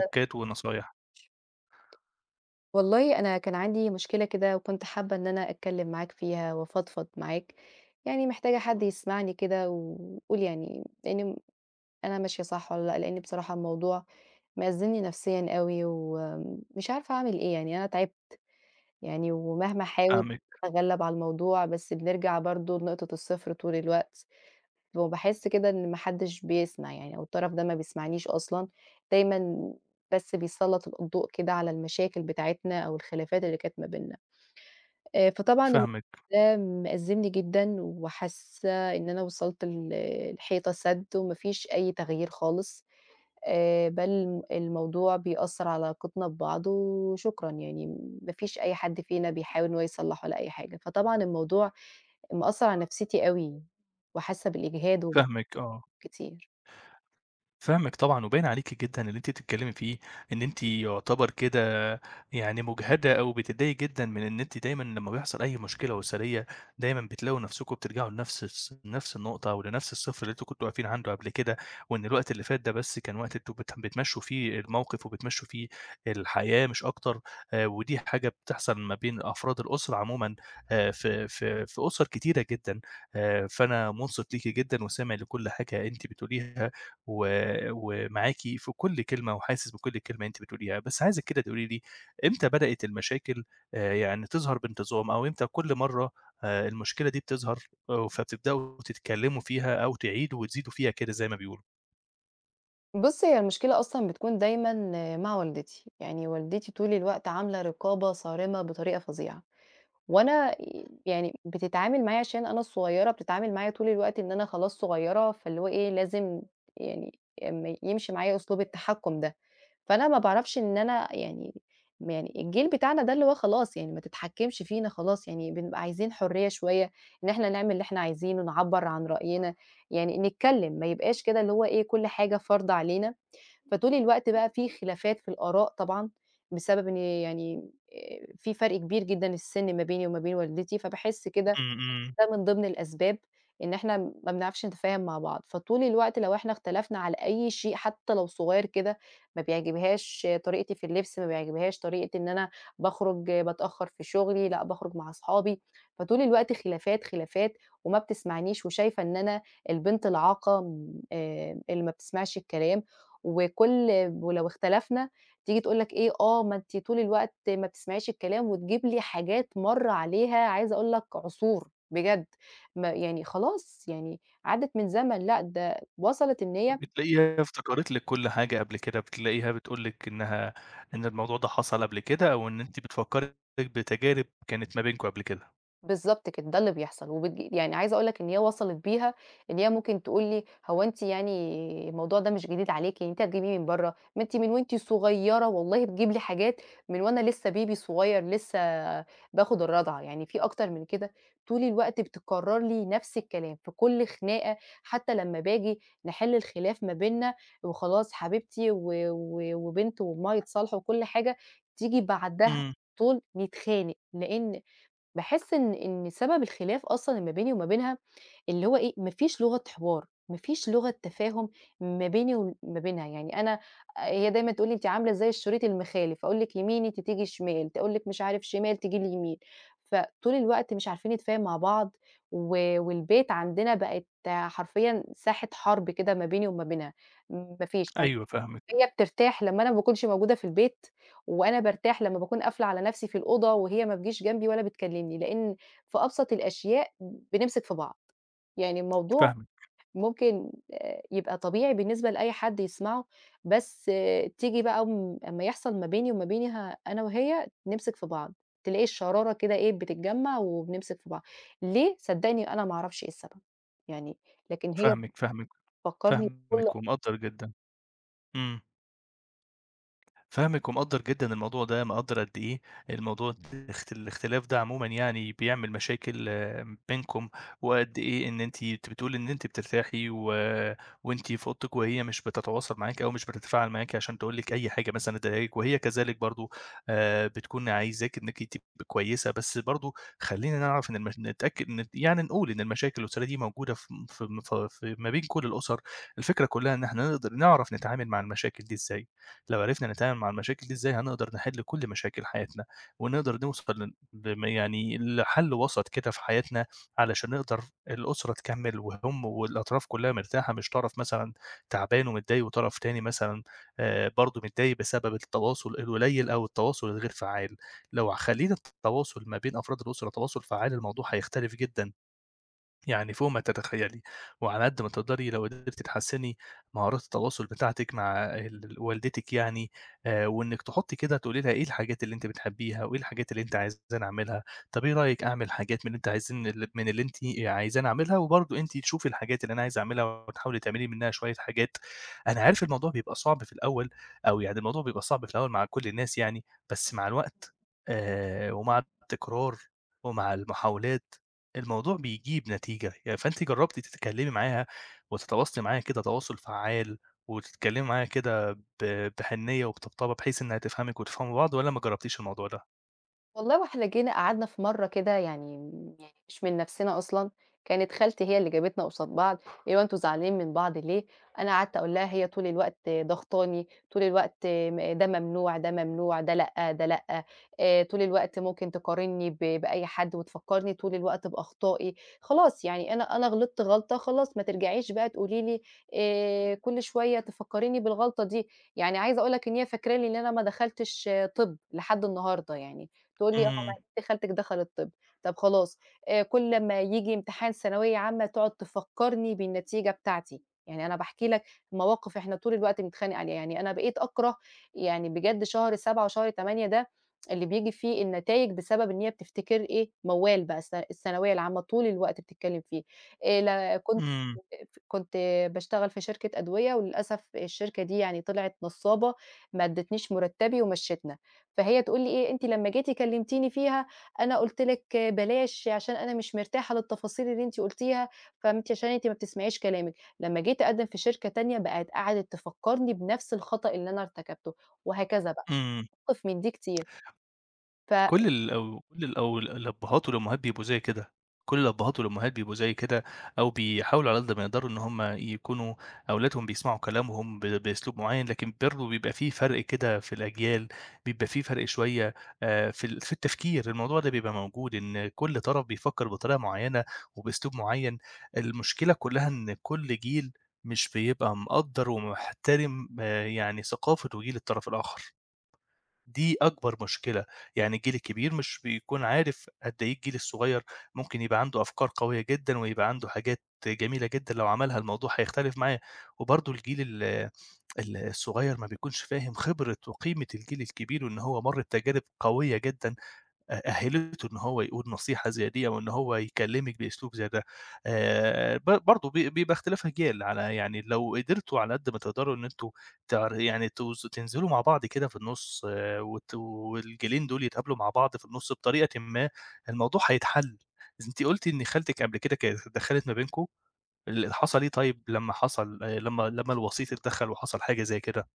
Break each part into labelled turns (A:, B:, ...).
A: تُكّات ونصايح.
B: والله أنا كان عندي مشكلة كده وكنت حابة إن أنا أتكلم معاك فيها وأفضفض معاك، يعني محتاجة حد يسمعني كده ويقول يعني لإن أنا ماشية صح والّا لأ، لإن بصراحة الموضوع مأزّمني نفسيًا أوي ومش عارفة أعمل إيه، يعني أنا تعبت يعني ومهما أحاول
A: فاهمِك،
B: أتغلب على الموضوع بس بنرجع برضه لنقطة الصفر طول الوقت. وباحس كده إن ما حدش بيسمع يعني أو الطرف ده ما بيسمعنيش أصلًا، دايمًا بس بيسلّط الضوء كده على المشاكل بتاعتنا أو الخلافات اللي كانت ما بيننا، فطبعًا الموضوع
A: فاهمِك،
B: ده مأزّمني جدًا وحاسة إن أنا وصلت ل لحيطة سد وما فيش أي تغيير خالص، بل الموضوع بيأثّر على علاقتنا ببعض وشكرًا، يعني ما فيش أي حد فينا بيحاول إن هو يصلّح ولا أي حاجة، فطبعًا الموضوع مأثّر على نفسيتي أوي وحاسة بالإجهاد
A: فاهمِك آه.
B: كتير.
A: فاهمِك طبعًا، وباين عليكِ جدًا اللي أنتِ بتتكلمي فيه، إن أنتِ يُعتبر كده يعني مُجهدة أو بتتضايقي جدًا من إن أنتِ دايمًا لمّا بيحصل أي مشكلة أسرية، دايمًا بتلاقوا نفسكم بترجعوا لنفس نفس النقطة أو لنفس الصفر اللي أنتم كنتم واقفين عنده قبل كده، وإن الوقت اللي فات ده بس كان وقت أنتم بتمشّوا فيه الموقف وبتمشّوا فيه الحياة مش أكتر. ودي حاجة بتحصل ما بين أفراد الأسرة عمومًا في أُسَر كتيرة جدًا. فأنا مُنصِت ليكِ جدًا وسامع لكل حاجة أنتِ بتقوليها. و ومعاكِ في كل كلمة وحاسس بكل كلمة أنتِ بتقوليها، بس عايزِك كده تقولي لي إمتى بدأت المشاكل يعني تظهر بانتظام، أو إمتى كل مرّة المشكلة دي بتظهر فبتبدؤوا تتكلموا فيها أو تعيدوا وتزيدوا فيها كده زي ما بيقولوا؟
B: بُصّي، هي المشكلة أصلًا بتكون دايمًا مع والدتي، يعني والدتي طول الوقت عاملة رقابة صارمة بطريقة فظيعة، وأنا يعني بتتعامل معايا عشان أنا الصغيرة، بتتعامل معايا طول الوقت إن أنا خلاص صغيرة، فاللي هو إيه لازم يعني يمشي معايا أسلوب التحكُّم ده، فأنا ما باعرفش إن أنا يعني يعني الجيل بتاعنا ده اللي هو خلاص يعني ما تتحكمش فينا خلاص، يعني بنبقى عايزين حرية شوية، إن إحنا نعمل اللي إحنا عايزينه، نعبّر عن رأينا، يعني نتكلم ما يبقاش كده اللي هو إيه كل حاجة فرض علينا. فطول الوقت بقى في خلافات في الآراء طبعًا، بسبب إن يعني في فرق كبير جدًا السِن ما بيني وما بين والدتي، فباحس كده
A: إمم، إمم.
B: ده من ضمن الأسباب إن إحنا ما بنعرفش نتفاهم مع بعض، فطول الوقت لو إحنا اختلفنا على أي شيء حتى لو صغير كده، ما بيعجبهاش طريقتي في اللبس، ما بيعجبهاش طريقة إن أنا باخرج باتأخر في شغلي، لأ باخرج مع أصحابي، فطول الوقت خلافات، خلافات، وما بتسمعنيش وشايفة إن أنا البنت العاقة م اللي ما بتسمعش الكلام، وكل ولو اختلفنا تيجي تقول لك إيه، آه ما أنتِ طول الوقت ما بتسمعيش الكلام وتجيب لي حاجات مَر عليها عايزة أقول لك عصور. بجد ما يعني خلاص يعني عدِّت من زمن، لأ ده وصلت إن هي
A: بتلاقيها افتكرت لِك كل حاجة قبل كده، بتلاقيها بتقول لِك إنها إن الموضوع ده حصل قبل كده أو إن أنتِ بتفكّري بتجارب كانت ما بينكم قبل كده.
B: بالضبط كده، ده اللي بيحصل، يعني عايزة أقول لك إن هي وصلت بيها إن هي ممكن تقول لي: "هو أنتِ يعني الموضوع ده مش جديد عليكِ، يعني أنتِ هتجيبيه من برّه، ما أنتِ من وأنتِ صغيرة والله بتجيب لي حاجات من وأنا لسه baby صغير لسه باخد الرضعة، يعني في أكتر من كده؟" طول الوقت بتكرر لي نفس الكلام في كل خناقة، حتى لمّا باجي نحل الخلاف ما بيننا وخلاص حبيبتي و و وبنت وأمها يتصالحوا وكل حاجة، تيجي بعدها
A: إمم.
B: طول نتخانق، لإن باحس إن سبب الخلاف أصلًا اللي ما بيني وما بينها، اللي هو إيه، ما فيش لغة حوار، ما فيش لغة تفاهم ما بيني وما بينها، يعني أنا هي دايمًا تقول لي: "أنتِ عاملة زي الشريط المخالف، أقول لِك يمين أنتِ تيجي شمال، تقول لِك مش عارف شمال تيجي اليمين." فطول الوقت مش عارفين نتفاهم مع بعض، و والبيت عندنا بقت حرفيًا ساحة حرب كده ما بيني وما بينها، ما فيش يعني.
A: أيوه فاهمِك،
B: هي بترتاح لمّا أنا ما باكونش موجودة في البيت، وأنا بارتاح لمّا باكون قافلة على نفسي في الأوضة وهي ما بتجيش جنبي ولا بتكلمني، لإن في أبسط الأشياء بنمسك في بعض، يعني الموضوع
A: فاهمِك،
B: ممكن يبقى طبيعي بالنسبة لأي حد يسمعه، بس آه، تيجي بقى أمّا يحصل ما بيني وما بينها أنا وهي نمسك في بعض، تلاقي الشرارة كده إيه بتتجمّع وبنمسك في بعض، ليه؟ صدّقني أنا ما أعرفش إيه السبب، يعني لكن هي
A: فاهمِك، فاهمِك،
B: بتفكّرني بكل
A: فاهمِك ومقدّر جدًا. إمم. فاهمِك ومقدّر جدًا الموضوع ده، مقدّر قد إيه الموضوع الاختلاف ده عمومًا يعني بيعمل مشاكل بينكم، وقد إيه إن أنتِ بتقولي إن أنتِ بترتاحي وأنتِ في أوضتِك وهي مش بتتواصل معاكِ أو مش بتتفاعل معاكِ عشان تقول لِك أي حاجة مثلًا تضايقِك، وهي كذلك برضه بتكون عايزاكِ إنِّك تبقي كويسة، بس برضه خلّينا نعرف إن المش نتأكد إن يعني نقول إن المشاكل الأسرية دي موجودة في م في م ف في ما بين كل الأسر. الفكرة كلّها إن إحنا نقدر نعرف نتعامل مع المشاكل دي إزاي. لو عرفنا نتعامل مع المشاكل دي إزاي، هنقدر نحل كل مشاكل حياتنا، ونقدر نوصل ل لم يعني لحل وسط كده في حياتنا، علشان نقدر الأسرة تكمّل وهم والأطراف كلّها مرتاحة، مش طرف مثلًا تعبان ومتضايق وطرف تاني مثلًا برضه متضايق بسبب التواصل القليل أو التواصل الغير فعّال. لو خلّينا التواصل ما بين أفراد الأسرة تواصل فعّال، الموضوع هيختلف جدًا. يعني فوق ما تتخيّلي، وعلى قد ما تقدري لو قدرتِ تحسّني مهارات التواصل بتاعتِك مع والدتِك يعني. وإنِّك تحطّي كده تقولي لها إيه الحاجات اللي أنتِ بتحبّيها، وإيه الحاجات اللي أنتِ عايزاني أعملها، طَب إيه رأيِك أعمل حاجات من اللي أنتِ عايزاني أعملها، وبرضه أنتِ تشوفي الحاجات اللي أنا عايز أعملها وتحاولي تعملي منها شوية حاجات. أنا عارف الموضوع بيبقى صعب في الأول، أو يعني الموضوع بيبقى صعب في الأول مع كل الناس يعني، بس مع الوقت، ومع التكرار ومع المحاولات الموضوع بيجيب نتيجة. يعني فأنتِ جرّبتِ تتكلّمي معاها وتتواصلي معاها كده تواصل فعّال وتتكلّمي معاها كده بحنيّة وبطبطبة بحيث إنها تفهمِك وتفهموا بعض والّا ما جرّبتيش الموضوع ده؟
B: والله. وإحنا جينا قعدنا في مرّة كده يعني مش من نَفْسنا أصلًا، كانت خالتي هي اللي جابتنا قصاد بعض، اللي هو أنتم زعلانين من بعض ليه؟ أنا قعدت أقول لها هي طول الوقت ضغطاني، طول الوقت ده ممنوع، ده ممنوع، ده لأ، ده لأ، طول الوقت ممكن تقارنّي ب بأي حد وتفكّرني طول الوقت بأخطائي، خلاص يعني أنا غلطت غلطة خلاص ما ترجعيش بقى تقولي لي كل شوية تفكّريني بالغلطة دي، يعني عايزة أقول لك إن هي فاكراني إن أنا ما دخلتش آه، طِب لحد النهارده يعني، تقول لي: "آه، ما
A: إمم،
B: بنت خالتِك دخلت طِب." طَب خلاص كل لمّا ييجي امتحان ثانوية عامة تقعد تفكّرني بالنتيجة بتاعتي، يعني أنا باحكي لك مواقف إحنا طول الوقت بنتخانق عليها، يعني أنا بقيت أكره يعني بجد شهر 7 وشهر 8 ده اللي بييجي فيه النتايج بسبب إن هي بتفتكر إيه، موال بقى الثانوية العامة طول الوقت بتتكلم فيه، لا كنت
A: إمم،
B: ف كنت باشتغل في شركة أدوية وللأسف الشركة دي يعني طلعت نصّابة، ما ادّتنيش مرتّبي ومشّتنا، فهي تقول لي إيه: "أنتِ لمّا جيتِ كلمتيني فيها أنا قُلت لِك بلاش عشان أنا مش مرتاحة للتفاصيل اللي أنتِ قُلتيها، فأنتِ عشان أنتِ ما بتسمعيش كلامِك." لمّا جيت أقدّم في شركة تانية بقت قعدت تفكّرني بنفس الخطأ اللي أنا ارتكبته، وهكذا بقى،
A: إمم.
B: موقف من دي كتير. ف
A: كل ال أو كل ال أو ال الأبّهات والأمّهات بيبقوا زي كده، كل الأبّهات والأمّهات بيبقوا زي كده، أو بيحاولوا على قد ما يقدروا إن هُم يكونوا أولادهم بيسمعوا كلامهم بأسلوب معيّن، لكن برضه بيبقى في فرق كده في الأجيال، بيبقى في فرق شوية في التفكير. الموضوع ده بيبقى موجود إن كل طرف بيفكّر بطريقة معيّنة وبأسلوب معيّن. المشكلة كلّها إن كل جيل مش بيبقى مقدّر ومحترم يعني ثقافة وجيل الطرف الآخر. دي أكبر مشكلة. يعني الجيل الكبير مش بيكون عارف قد إيه الجيل الصغير ممكن يبقى عنده أفكار قوية جدًا، ويبقى عنده حاجات جميلة جدًا لو عملها الموضوع هيختلف معاه، وبرضه الجيل ال ال الصغير ما بيكونش فاهم خبرة وقيمة الجيل الكبير، وإن هو مَر بتجارب قوية جدًا أهِّلته إن هو يقول نصيحة زي ديّة وإن هو يكلّمِك بأسلوب زي ده. ب برضه بي بيبقى اختلاف أجيال على يعني لو قدرتوا على قد ما تقدروا إن أنتم تعر يعني توز تنزلوا مع بعض كده في النُص آه، والجيلين دول يتقابلوا مع بعض في النُص بطريقةٍ ما، الموضوع هيتحل. أنتِ قُلتِ إن خالتِك قبل كده كانت اتدخّلت ما بينكم، حصل إيه طيب لمّا حصل لمّا الوسيط اتدخّل وحصل حاجة زي كده؟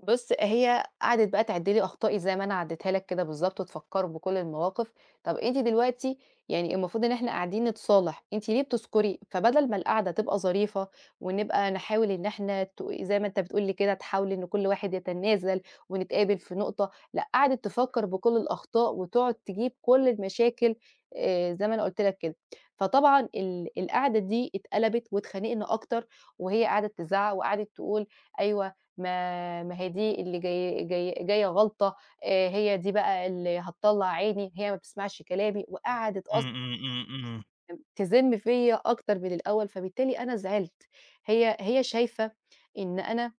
B: بُص، هي قعدت بقى تعِد لي أخطائي زي ما أنا عدّيتها لك كده بالضبط وتفكّر بكل المواقف، طَب أنتِ دلوقتي يعني المفروض إن إحنا قاعدين نتصالح، أنتِ ليه بتذكري؟ فبدل ما القعدة تبقى ظريفة ونبقى نحاول إن إحنا زي ما أنت بتقول لي كده تحاولي إن كل واحد يتنازل ونتقابل في نقطة، لأ قعدت تفكّر بكل الأخطاء وتقعد تجيب كل المشاكل زي ما أنا قُلت لك كده، فطبعًا القعدة دي اتقلبت واتخانقنا أكتر وهي قعدت تزعّق وقعدت تقول أيوه ما هي دي اللي جاية غلطة، هي دي بقى اللي هتطلّع عيني، هي ما بتسمعش كلامي، وقعدت
A: إمم،
B: أصلًا
A: إمم، إمم، إمم،
B: تذم فيّا أكتر من الأول، فبالتالي أنا زعلت، هي شايفة إن أنا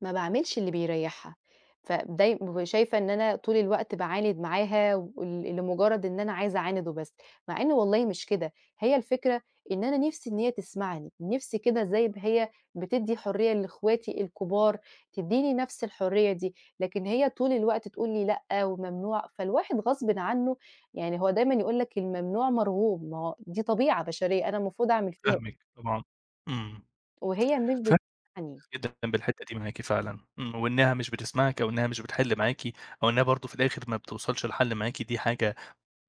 B: ما باعملش اللي بيريّحها، فداي وشايفة إن أنا طول الوقت باعاند معاها لمجرد إن أنا عايزة أعاند وبس، مع إن والله مش كده، هي الفكرة إن أنا نِفْسي إن هي تسمعني، نِفْسي كده زي ما هي بتدّي حرية لإخواتي الكبار، تدّيني نَفْس الحرية دي، لكن هي طول الوقت تقول لي لأ وممنوع، فالواحد غصبٍ عنّه يعني هو دايمًا يقول لك الممنوع مرغوب، ما هو دي طبيعة بشرية أنا المفروض أعمل فيها إيه؟
A: فاهمِك طبعًا. إمم.
B: وهي مش
A: ف
B: بتسمعني.
A: جدًا بالحتّة دي معاكِ فعلًا، إمم، وإنها مش بتسمعِك أو إنها مش بتحِل معاكِ أو إنها برضه في الآخر ما بتوصلش لحل معاكِ دي حاجة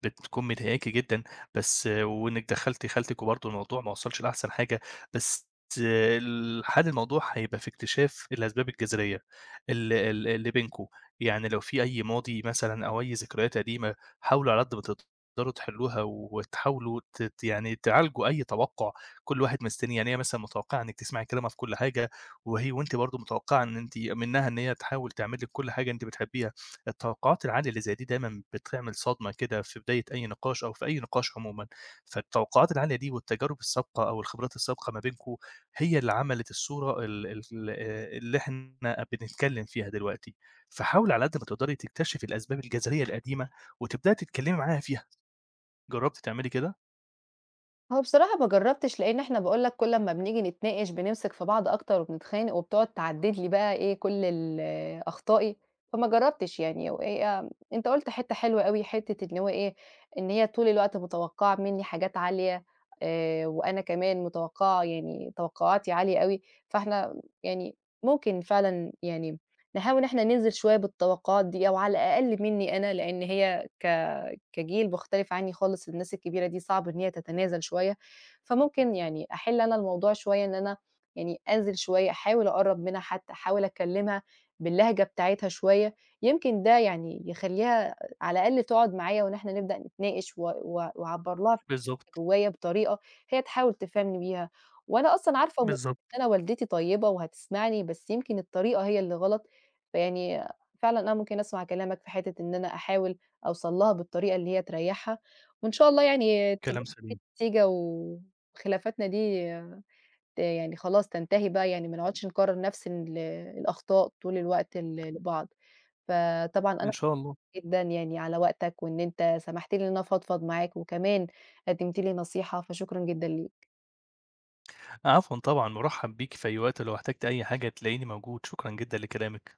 A: بتكون مضايقاكِ جدًا، بس وإنِّك دخّلتِ خالتِك وبرضه الموضوع ما وصلش لأحسن حاجة، بس حل الموضوع هيبقى في اكتشاف الأسباب الجذرية ال ال اللي بينكم. يعني لو في أي ماضي مثلًا أو أي ذكريات قديمة، حاولوا على قد ما تقدروا تحلّوها وتحاولوا ت ت يعني تعالجوا أي توقُّع كل واحد مستنيه. يعني هي مثلًا متوقعة إنِّك تسمعي كلامها في كل حاجة، وأنتِ برضه متوقعة إن أنتِ منّها إن هي تحاول تعمل لِك كل حاجة أنتِ بتحبيها. التوقعات العالية اللي زي دي دايمًا بتعمل صدمة كده في بداية أي نقاش أو في أي نقاش عمومًا. فالتوقعات العالية دي والتجارب السابقة أو الخبرات السابقة ما بينكم هي اللي عملت الصورة ال ال اللي إحنا بنتكلم فيها دلوقتي. فحاولي على قد ما تقدري تكتشفي الأسباب الجذرية القديمة وتبدأي تتكلمي معاها فيها. جربتِ تعملي كده؟
B: هو بصراحة ما جرّبتش، لإن إحنا باقول لك كل أمّا بنيجي نتناقش بنمسك في بعض أكتر وبنتخانق، وبتقعد تعدّد لي بقى إيه كل أخطائي، فما جرّبتش يعني، وإيه أنت قُلت حتّة حلوة أوي، حتّة إن هو إيه، إن هي طول الوقت متوقّعة منّي حاجات عالية، وأنا كمان متوقّعة يعني توقعاتي عالية أوي، فإحنا يعني ممكن فعلًا يعني نحاول إن إحنا ننزل شوية بالتوقعات دي، أو على الأقل منّي أنا، لإن هي كجيل مختلف عني خالص، الناس الكبيرة دي صعب إن هي تتنازل شوية، فممكن يعني أحِل أنا الموضوع شوية إن أنا يعني أنزل شوية، أحاول أقرّب منها حتى، أحاول أكلمها باللهجة بتاعتها شوية، يمكن ده يعني يخلّيها على الأقل تقعد معايا وإن إحنا نبدأ نتناقش و و وأعبّر لها
A: بالضبط،
B: جوايا بطريقة هي تحاول تفهمني بيها، وأنا أصلًا عارفة
A: بالضبط.
B: إن أنا والدتي طيبة وهتسمعني، بس يمكن الطريقة هي اللي غلط، فيعني فعلًا أنا ممكن أسمع كلامك في حتة إن أنا أحاول أوصل لها بالطريقة اللي هي تريّحها، وإن شاء الله يعني تيجي
A: كلام سليم،
B: نتيجة وخلافاتنا دي يعني خلاص تنتهي بقى، يعني ما نقعدش نكرّر نفس الأخطاء طول الوقت لبعض. فطبعًا أنا
A: إن
B: مبسوطة
A: شاء الله.
B: جدًا يعني على وقتك، وإن أنت سمحت لي إن أنا أفضفض معاك، وكمان قدّمت لي نصيحة، فشكرًا جدًا ليك.
A: عفوًا طبعًا، مُرحّب بيكِ في أي وقت لو احتجتِ أي حاجة تلاقيني موجود، شكرًا جدًا لكلامِك.